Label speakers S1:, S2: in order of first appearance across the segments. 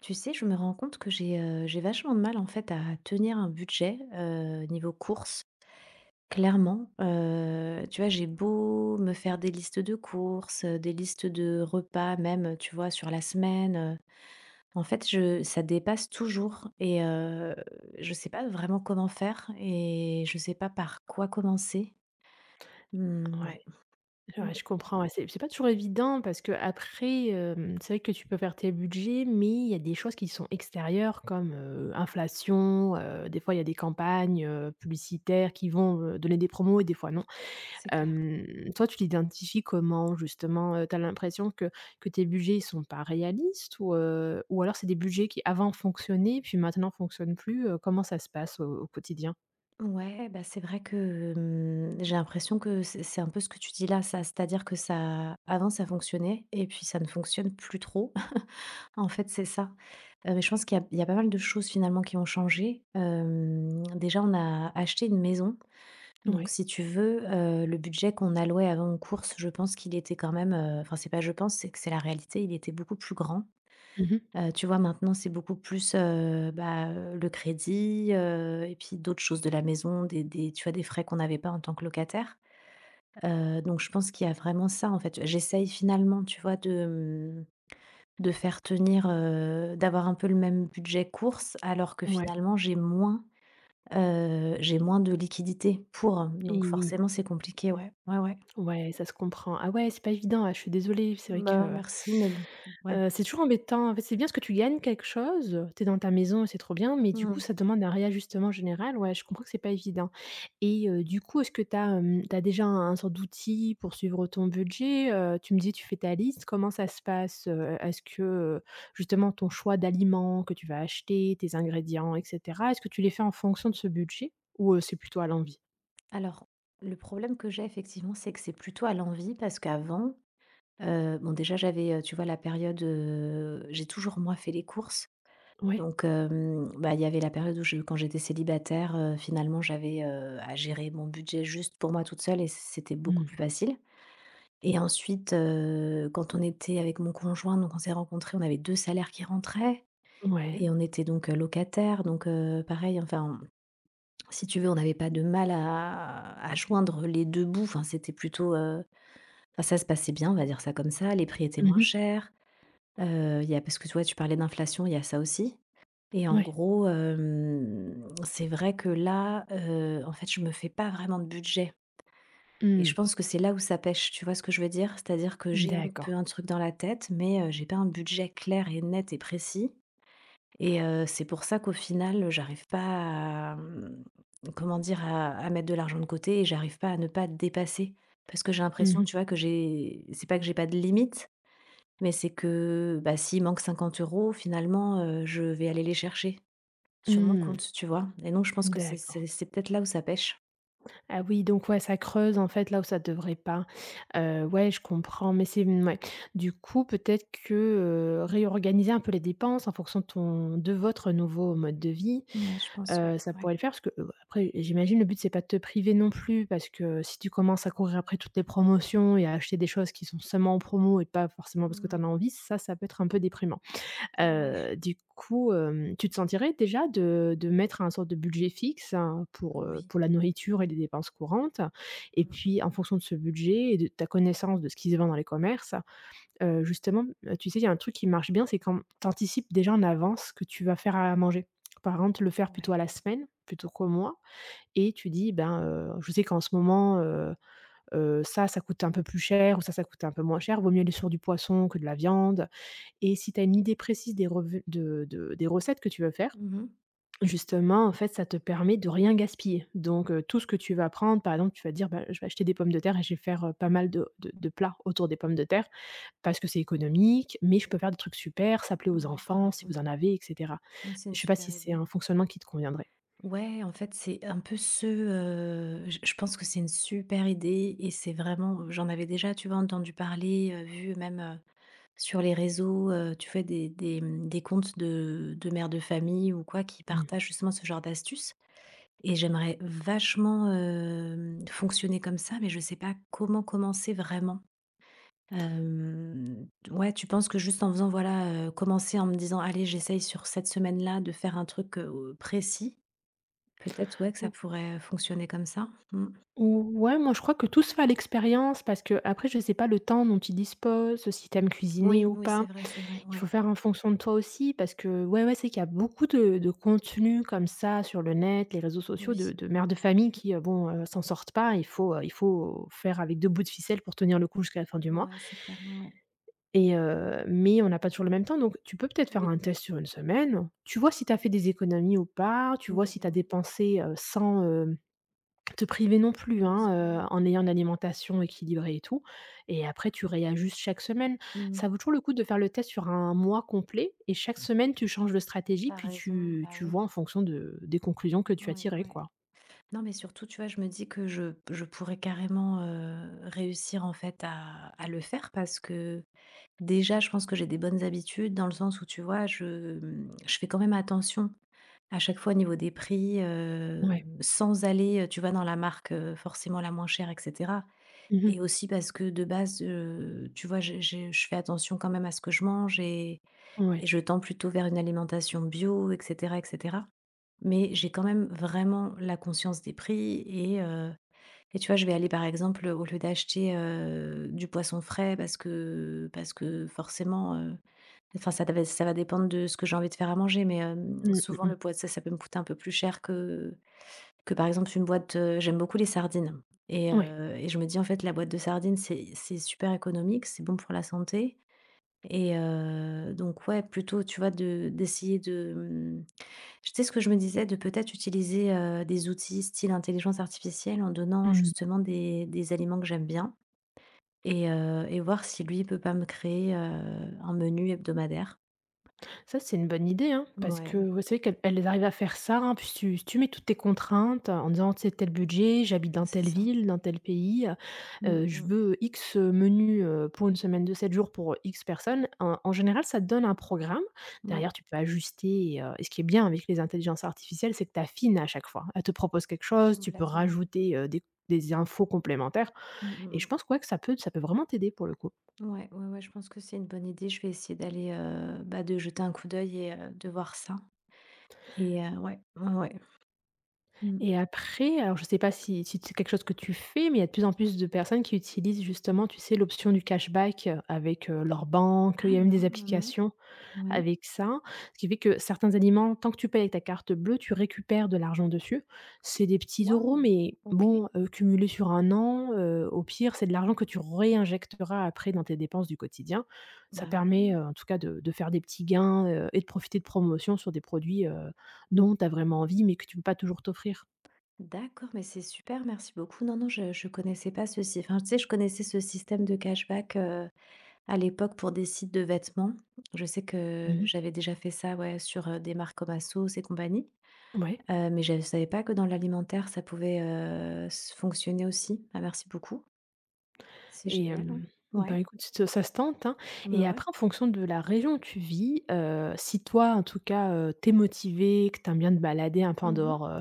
S1: Tu sais, je me rends compte que j'ai vachement de mal, en fait, à tenir un budget, niveau courses, clairement. Tu vois, j'ai beau me faire des listes de courses, des listes de repas même, tu vois, sur la semaine, en fait, je ça dépasse toujours et je sais pas vraiment comment faire et je sais pas par quoi commencer. Mmh,
S2: Ouais,
S1: ouais, mmh,
S2: ouais, je comprends, ouais, c'est pas toujours évident parce qu'après, c'est vrai que tu peux faire tes budgets, mais il y a des choses qui sont extérieures comme, inflation, des fois il y a des campagnes, publicitaires qui vont, donner des promos et des fois non.
S1: c'est clair.
S2: Hem, toi tu l'identifies comment justement? Tu as l'impression que tes budgets ils sont pas réalistes ou alors c'est des budgets qui avant fonctionnaient puis maintenant fonctionnent plus, comment ça se passe au quotidien?
S1: Ouais, bah, c'est vrai que, j'ai l'impression que c'est un peu ce que tu dis là, ça. C'est-à-dire que ça avant ça fonctionnait et puis ça ne fonctionne plus trop. En fait, c'est ça. Mais je pense qu'il y a pas mal de choses finalement qui ont changé. Déjà on a acheté une maison, donc
S2: Ouais.
S1: si tu veux, le budget qu'on allouait avant aux courses, je pense qu'il était quand même, enfin c'est pas je pense, c'est que c'est la réalité, il était beaucoup plus grand.
S2: Mmh.
S1: Tu vois, maintenant, c'est beaucoup plus, le crédit, et puis d'autres choses de la maison, des tu vois, des frais qu'on n'avait pas en tant que locataire. Donc je pense qu'il y a vraiment ça, en fait. J'essaye finalement, tu vois, de, de faire tenir, d'avoir un peu le même budget courses, alors que
S2: Ouais.
S1: finalement j'ai moins de liquidité pour,
S2: Et
S1: donc
S2: oui.
S1: forcément c'est compliqué, ouais. Ouais, ouais.
S2: Ouais, ça se comprend. Ah ouais, c'est pas évident, ah, je suis désolée, c'est vrai
S1: Bah,
S2: que,
S1: merci, mais bon, ouais.
S2: c'est toujours embêtant. En fait, c'est bien parce que tu gagnes quelque chose, tu es dans ta maison et c'est trop bien, mais du coup,
S1: Mmh
S2: ça demande un réajustement général. Ouais, je comprends que c'est pas évident et du coup, est-ce que tu as, tu as déjà un sorte d'outil pour suivre ton budget? Tu me dis tu fais ta liste, comment ça se passe? Est-ce que, justement ton choix d'aliments que tu vas acheter, tes ingrédients et cetera, est-ce que tu les fais en fonction de ce budget ou, c'est plutôt à l'envie?
S1: Alors, le problème que j'ai effectivement, c'est que c'est plutôt à l'envi parce qu'avant, bon déjà j'avais, tu vois la période, j'ai toujours moi fait les courses
S2: Ouais.
S1: donc bah, il y avait la période où je quand j'étais célibataire, finalement j'avais, à gérer mon budget juste pour moi toute seule et c'était beaucoup plus
S2: Mmh.
S1: facile et ensuite, quand on était avec mon conjoint, donc on s'est rencontrés, on avait 2 salaires qui rentraient
S2: Ouais.
S1: et on était donc, locataires donc pareil enfin, si tu veux, on n'avait pas de mal à joindre les 2 bouts, enfin c'était plutôt, enfin ça se passait bien, on va dire ça comme ça. Les prix étaient
S2: Mmh
S1: moins
S2: mh.
S1: chers. Il y a parce que tu vois, tu parlais d'inflation, il y a ça aussi et en
S2: Ouais.
S1: gros, c'est vrai que là, en fait, je me fais pas vraiment de budget et je
S2: Mmh.
S1: pense que c'est là où ça pêche, tu vois ce que je veux dire? C'est-à-dire que j'ai un peu
S2: D'accord.
S1: un truc dans la tête, mais j'ai pas un budget clair et net et précis et c'est pour ça qu'au final, j'arrive pas à, comment dire? À mettre de l'argent de côté et j'arrive pas à ne pas dépasser parce que j'ai
S2: Mmh
S1: l'impression,
S2: mh.
S1: tu vois, que j'ai c'est pas que j'ai pas de limite, mais c'est que, bah, s'il manque 50 euros finalement, je vais aller les chercher sur mon
S2: Mmh.
S1: compte, tu vois? Et donc je pense que c'est
S2: D'accord.
S1: c'est c'est peut-être là où ça pêche.
S2: Ah oui, donc ouais, ça creuse, en fait, là où ça devrait pas. Ouais, je comprends, mais c'est mouais. Du coup, peut-être que, réorganiser un peu les dépenses en fonction de ton de votre nouveau mode de vie,
S1: Ouais, je pense, ouais,
S2: ça
S1: ouais.
S2: pourrait le faire parce que, après, j'imagine le but, c'est pas de te priver non plus parce que si tu commences à courir après toutes les promotions et à acheter des choses qui sont seulement en promo et pas forcément parce que tu
S1: Mmh.
S2: en as envie, ça peut être un peu déprimant.
S1: Ouais,
S2: Du coup, tu te sentirais déjà de mettre un sorte de budget fixe, hein, pour, heu,
S1: oui.
S2: pour la nourriture et les dépenses courantes et
S1: Mmh.
S2: puis en fonction de ce budget et de ta connaissance de ce qui se vend dans les commerces, justement, tu sais, il y a un truc qui marche bien, c'est quand tu anticipes déjà en avance ce que tu vas faire à manger. Par exemple, le faire plutôt à la
S1: Ouais.
S2: semaine plutôt qu'au mois et tu dis: «Ben, je sais qu'en ce moment, ça coûte un peu plus cher ou ça coûte un peu moins cher. Vaut mieux aller sur du poisson que de la viande». Et si tu as une idée précise des revu de des recettes que tu veux faire,
S1: Mmh,
S2: justement, en fait, ça te permet de rien gaspiller. Donc, tout ce que tu vas prendre, par exemple, tu vas dire: «Bah, je vais acheter des pommes de terre et je vais faire, pas mal de plats autour des pommes de terre parce que c'est économique, mais je peux faire des trucs super, ça plaît aux
S1: ouais, t'as
S2: enfants si
S1: raison.
S2: vous en avez» et cetera.
S1: Moi c'est une
S2: Je sais pas
S1: super
S2: si c'est
S1: idée.
S2: un fonctionnement qui te conviendrait?
S1: Ouais, en fait, c'est un peu ce, je pense que c'est une super idée et c'est vraiment j'en avais déjà, tu vois, entendu parler, vu même, sur les réseaux, tu fais des comptes de mères de famille ou quoi qui
S2: Mmh.
S1: partagent justement ce genre d'astuces et j'aimerais vachement, fonctionner comme ça, mais je sais pas comment commencer vraiment. Ouais, tu penses que juste en faisant voilà, commencer en me disant: «Allez, j'essaye sur cette semaine-là de faire un truc, précis», peut-être, ouais, que ça
S2: Ou
S1: pourrait fonctionner comme ça? Mmh.
S2: ouais, moi, je crois que tout se fait à l'expérience parce que après je sais pas le temps dont tu disposes, si t'aimes cuisiner
S1: Oui,
S2: ou
S1: oui,
S2: pas.
S1: c'est vrai,
S2: Il faut
S1: ouais.
S2: faire en fonction de toi aussi parce que ouais, ouais, c'est qu'il y a beaucoup de contenus comme ça sur le net, les réseaux sociaux de
S1: Oui.
S2: de mères de famille qui, bon, s'en sortent pas. Il faut faire avec 2 bouts de ficelle pour tenir le coup jusqu'à la fin du mois
S1: Ouais, c'est clair, ouais, ouais.
S2: et mais on n'a pas toujours le même temps donc tu peux peut-être faire
S1: Oui.
S2: un test sur une semaine. Tu vois si tu as fait des économies ou pas, tu vois
S1: Oui,
S2: si tu as
S1: oui.
S2: dépensé, 100, te priver non plus,
S1: Oui, oui,
S2: hein,
S1: oui.
S2: en ayant une alimentation équilibrée et tout et après tu réajustes chaque semaine. Ça
S1: Mmh
S2: vaut toujours le coup de faire le test sur un mois complet et chaque semaine tu changes de stratégie
S1: T'as
S2: puis
S1: raison,
S2: tu
S1: bah
S2: tu
S1: oui,
S2: vois en fonction de des conclusions que tu as
S1: ouais,
S2: tirées,
S1: ouais.
S2: quoi.
S1: Non, mais surtout, tu vois, je me dis que je pourrais carrément réussir en fait à le faire parce que déjà, je pense que j'ai des bonnes habitudes dans le sens où, tu vois, je fais quand même attention à chaque fois au niveau des prix,
S2: Ouais.
S1: sans aller, tu vois, dans la marque forcément la moins chère, etc.
S2: Mmh.
S1: Et aussi parce que de base, tu vois, je fais attention quand même à ce que je mange, et
S2: Ouais.
S1: je tends plutôt vers une alimentation bio, et cetera, et cetera. Mais j'ai quand même vraiment la conscience des prix et tu vois, je vais aller, par exemple, au lieu d'acheter, du poisson frais parce que forcément, enfin, ça va dépendre de ce que j'ai envie de faire à manger, mais,
S2: Mmh, mmh
S1: souvent
S2: mh.
S1: le poisson ça peut me coûter un peu plus cher que par exemple, une boîte, j'aime beaucoup les sardines et
S2: Ouais.
S1: heu, et je me dis: «En fait, la boîte de sardines, c'est super économique, c'est bon pour la santé». Et donc ouais, plutôt, tu vois, de, d'essayer de, tu sais ce que je me disais? De peut-être utiliser, des outils style intelligence artificielle en donnant
S2: Mmh.
S1: justement des aliments que j'aime bien et voir si lui peut pas me créer, un menu hebdomadaire.
S2: Ça, c'est une bonne idée, hein, parce que
S1: Ouais,
S2: ouais, c'est qu'elles arrivent à faire ça, hein. Puis si tu mets toutes tes contraintes en disant: «C'est tel budget, j'habite dans
S1: c'est
S2: telle
S1: ça.
S2: ville, dans tel pays,
S1: Mmh
S2: je
S1: mh.
S2: veux X menus, pour une semaine de 7 jours pour X personnes». En général, ça te donne un programme.
S1: Ouais,
S2: Derrière, tu peux ajuster et ce qui est bien avec les intelligences artificielles, c'est que tu affines à chaque fois. Elle te propose quelque chose, tu peux
S1: complètement.
S2: rajouter, des infos complémentaires
S1: Mmh mh
S2: et je
S1: mh.
S2: pense quoi que ça peut vraiment t'aider pour le coup.
S1: Ouais, ouais, ouais, je pense que c'est une bonne idée. Je vais essayer d'aller, de jeter un coup d'œil et de voir ça et ouais, ouais, ouais. Mmh.
S2: Et après, alors je sais pas si c'est quelque chose que tu fais, mais il y a de plus en plus de personnes qui utilisent justement, tu sais, l'option du cashback, avec, leur banque, il
S1: Ah
S2: y a même
S1: non,
S2: des
S1: non, non.
S2: applications
S1: Ouais.
S2: avec ça. Ce qui fait que certains aliments, tant que tu payes avec ta carte bleue, tu récupères de l'argent dessus. C'est des petits euros,
S1: Waouh!
S2: mais
S1: OK.
S2: bon, cumulés sur un an, au pire, c'est de l'argent que tu réinjecteras après dans tes dépenses du quotidien. Ça
S1: Bah,
S2: permet,
S1: ouais.
S2: en tout cas de faire des petits gains, et de profiter de promotions sur des produits, dont tu as vraiment envie, mais que tu peux pas toujours t'offrir.
S1: D'accord, mais c'est super, merci beaucoup. Non, non, je connaissais pas ceci. Enfin, tu sais, je connaissais ce système de cashback, à l'époque pour des sites de vêtements. Je sais que
S2: Mmh mh.
S1: j'avais déjà fait ça, ouais, sur, des marques comme ASOS et compagnie,
S2: Ouais
S1: mais je ne savais pas que dans l'alimentaire, ça pouvait, s fonctionner aussi. Bah, merci beaucoup. C'est
S2: et
S1: génial, hein.
S2: ben,
S1: Ouais,
S2: écoute, ça se tente, hein,
S1: bah,
S2: et
S1: ouais.
S2: après en fonction de la région où tu vis, si toi, en tout cas, tu es motivée, que tu aimes bien te balader un peu en
S1: Mmh,
S2: dehors,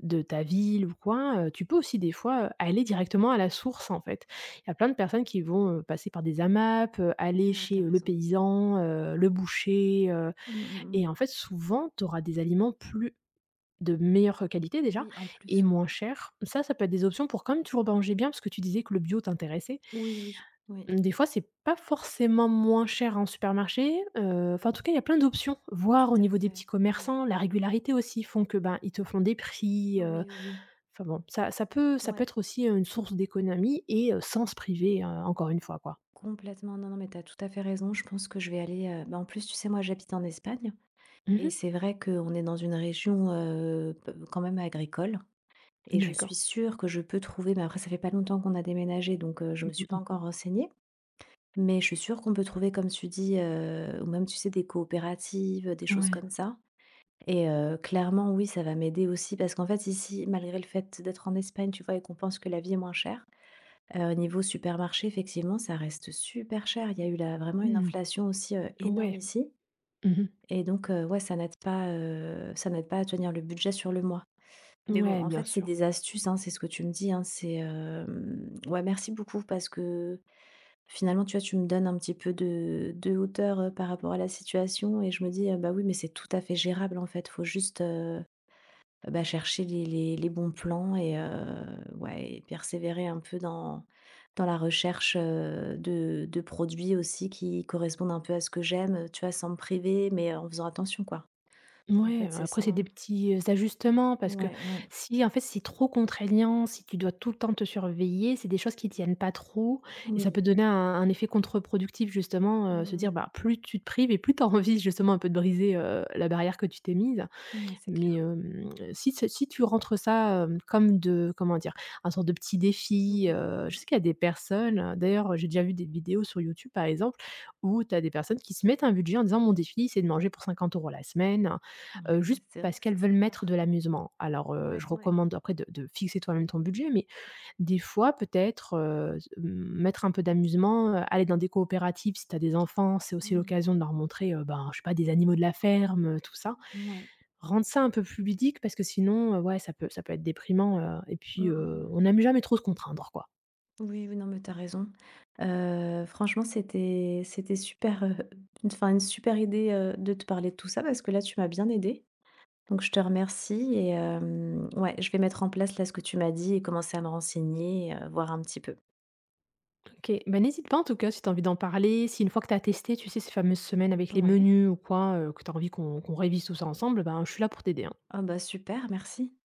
S2: de ta ville ou quoi, tu peux aussi des fois, aller directement à la source, en fait. Il y a plein de personnes qui vont, passer par des AMAP, aller
S1: ouais, t'as
S2: chez, le
S1: raison.
S2: paysan, le boucher,
S1: Mmh mh, mmh.
S2: et en fait, souvent, tu auras des aliments plus de meilleure qualité déjà
S1: Oui, en
S2: et
S1: plus, ouais,
S2: moins
S1: ouais.
S2: chers. Ça peut être des options pour quand même toujours manger bien parce que tu disais que le bio t'intéressait.
S1: Oui, oui, oui,
S2: Mmh, des fois, c'est pas forcément moins cher en supermarché, enfin, en tout cas, il y a plein d'options. Voir
S1: tout
S2: au
S1: à
S2: niveau des
S1: fait.
S2: petits
S1: Ouais.
S2: commerçants, la régularité aussi font que, ben, ils te font des prix,
S1: Oui, oui, oui.
S2: enfin bon, ça peut
S1: Ouais,
S2: être aussi, une source d'économie et sans se priver, encore une fois, quoi.
S1: complètement. Non, non, mais t'as tout à fait raison. Je pense que je vais aller, bah, en plus, tu sais, moi, j'habite en Espagne et
S2: Mmh.
S1: c'est vrai qu'on est dans une région quand même agricole. Et je
S2: D'accord.
S1: suis sûre que je peux trouver. Mais après, ça fait pas longtemps qu'on a déménagé, donc je me
S2: Mmh
S1: suis
S2: mh
S1: pas
S2: mh.
S1: encore renseignée. Mais je suis sûre qu'on peut trouver, comme tu dis, ou même, tu sais, des coopératives, des choses
S2: Ouais.
S1: comme ça. Et clairement, oui, ça va m'aider aussi parce qu'en fait, ici, malgré le fait d'être en Espagne, tu vois, et qu'on pense que la vie est moins chère. Niveau supermarché, effectivement, ça reste super cher. Il y a eu là vraiment une
S2: Mmh.
S1: inflation aussi, énorme
S2: Ouais.
S1: ici
S2: Mmh.
S1: et donc ouais, ça n'aide pas à tenir le budget sur le mois. Mais bon,
S2: Ouais,
S1: en
S2: bien
S1: fait, c'est
S2: sûr.
S1: des astuces, hein, c'est ce que tu me dis, hein, c'est, hem ouais, merci beaucoup parce que finalement, tu vois, tu me donnes un petit peu de hauteur, par rapport à la situation et je me dis: «Bah, oui, mais c'est tout à fait gérable, en fait». Faut juste, bah, chercher les bons plans et ouais et persévérer un peu dans la recherche, de produits aussi qui correspondent un peu à ce que j'aime, tu vois? Sans me priver, mais en faisant attention, quoi. En
S2: Ouais,
S1: fait, c'est ça,
S2: après c'est
S1: hein.
S2: des petits, ajustements parce que
S1: Ouais, ouais,
S2: si en fait, c'est trop contraignant, si tu dois tout le temps te surveiller, c'est des choses qui tiennent pas trop et ça
S1: oui.
S2: peut donner un effet contre-productif justement, se dire,
S1: Mmh.
S2: bah, plus tu te prives et plus tu as envie justement un peu de briser, la barrière que tu t'es mise.
S1: Ouais, c'est
S2: Mais
S1: clair.
S2: hem, si t si tu rentres ça, comme de comment dire? Un sorte de petit défi,
S1: Oui,
S2: je
S1: oui.
S2: sais qu'il y a des personnes, d'ailleurs, j'ai déjà vu des vidéos sur YouTube, par exemple, où tu as des personnes qui se mettent un budget en disant: «Mon défi, c'est de manger pour 50 € la semaine»,
S1: Ouais,
S2: juste
S1: c'est vrai
S2: parce
S1: que
S2: qu'elles
S1: c'est
S2: veulent
S1: sympa.
S2: mettre de l'amusement. Alors,
S1: Ouais,
S2: je
S1: ouais.
S2: recommande après de fixer toi-même ton budget, mais des fois, peut-être, mettre un peu d'amusement, aller dans des coopératives si tu as des enfants, c'est aussi
S1: Mmh.
S2: l'occasion de leur montrer, ben, je sais pas, des animaux de la ferme, tout ça.
S1: Ouais.
S2: Rendre ça un peu plus ludique parce que sinon, ouais, ça peut être déprimant, et
S1: Mmh
S2: puis,
S1: mh, mmh.
S2: on n'aime jamais trop se contraindre, quoi.
S1: Oui, oui, non, mais t'as raison. Franchement, c'était super, une enfin, une super idée, de te parler de tout ça parce que là, tu m'as bien aidée. Donc je te remercie et ouais, je vais mettre en place là ce que tu m'as dit et commencer à me renseigner, voir un petit peu.
S2: OK, bah, n'hésite pas en tout cas si tu as envie d'en parler, si une fois que tu as testé, tu sais, ces fameuses semaines avec les
S1: Ouais.
S2: menus ou quoi, que tu as envie qu'on révise tout ça ensemble, ben, je suis là pour t'aider, hein.
S1: Ah bah, super, merci.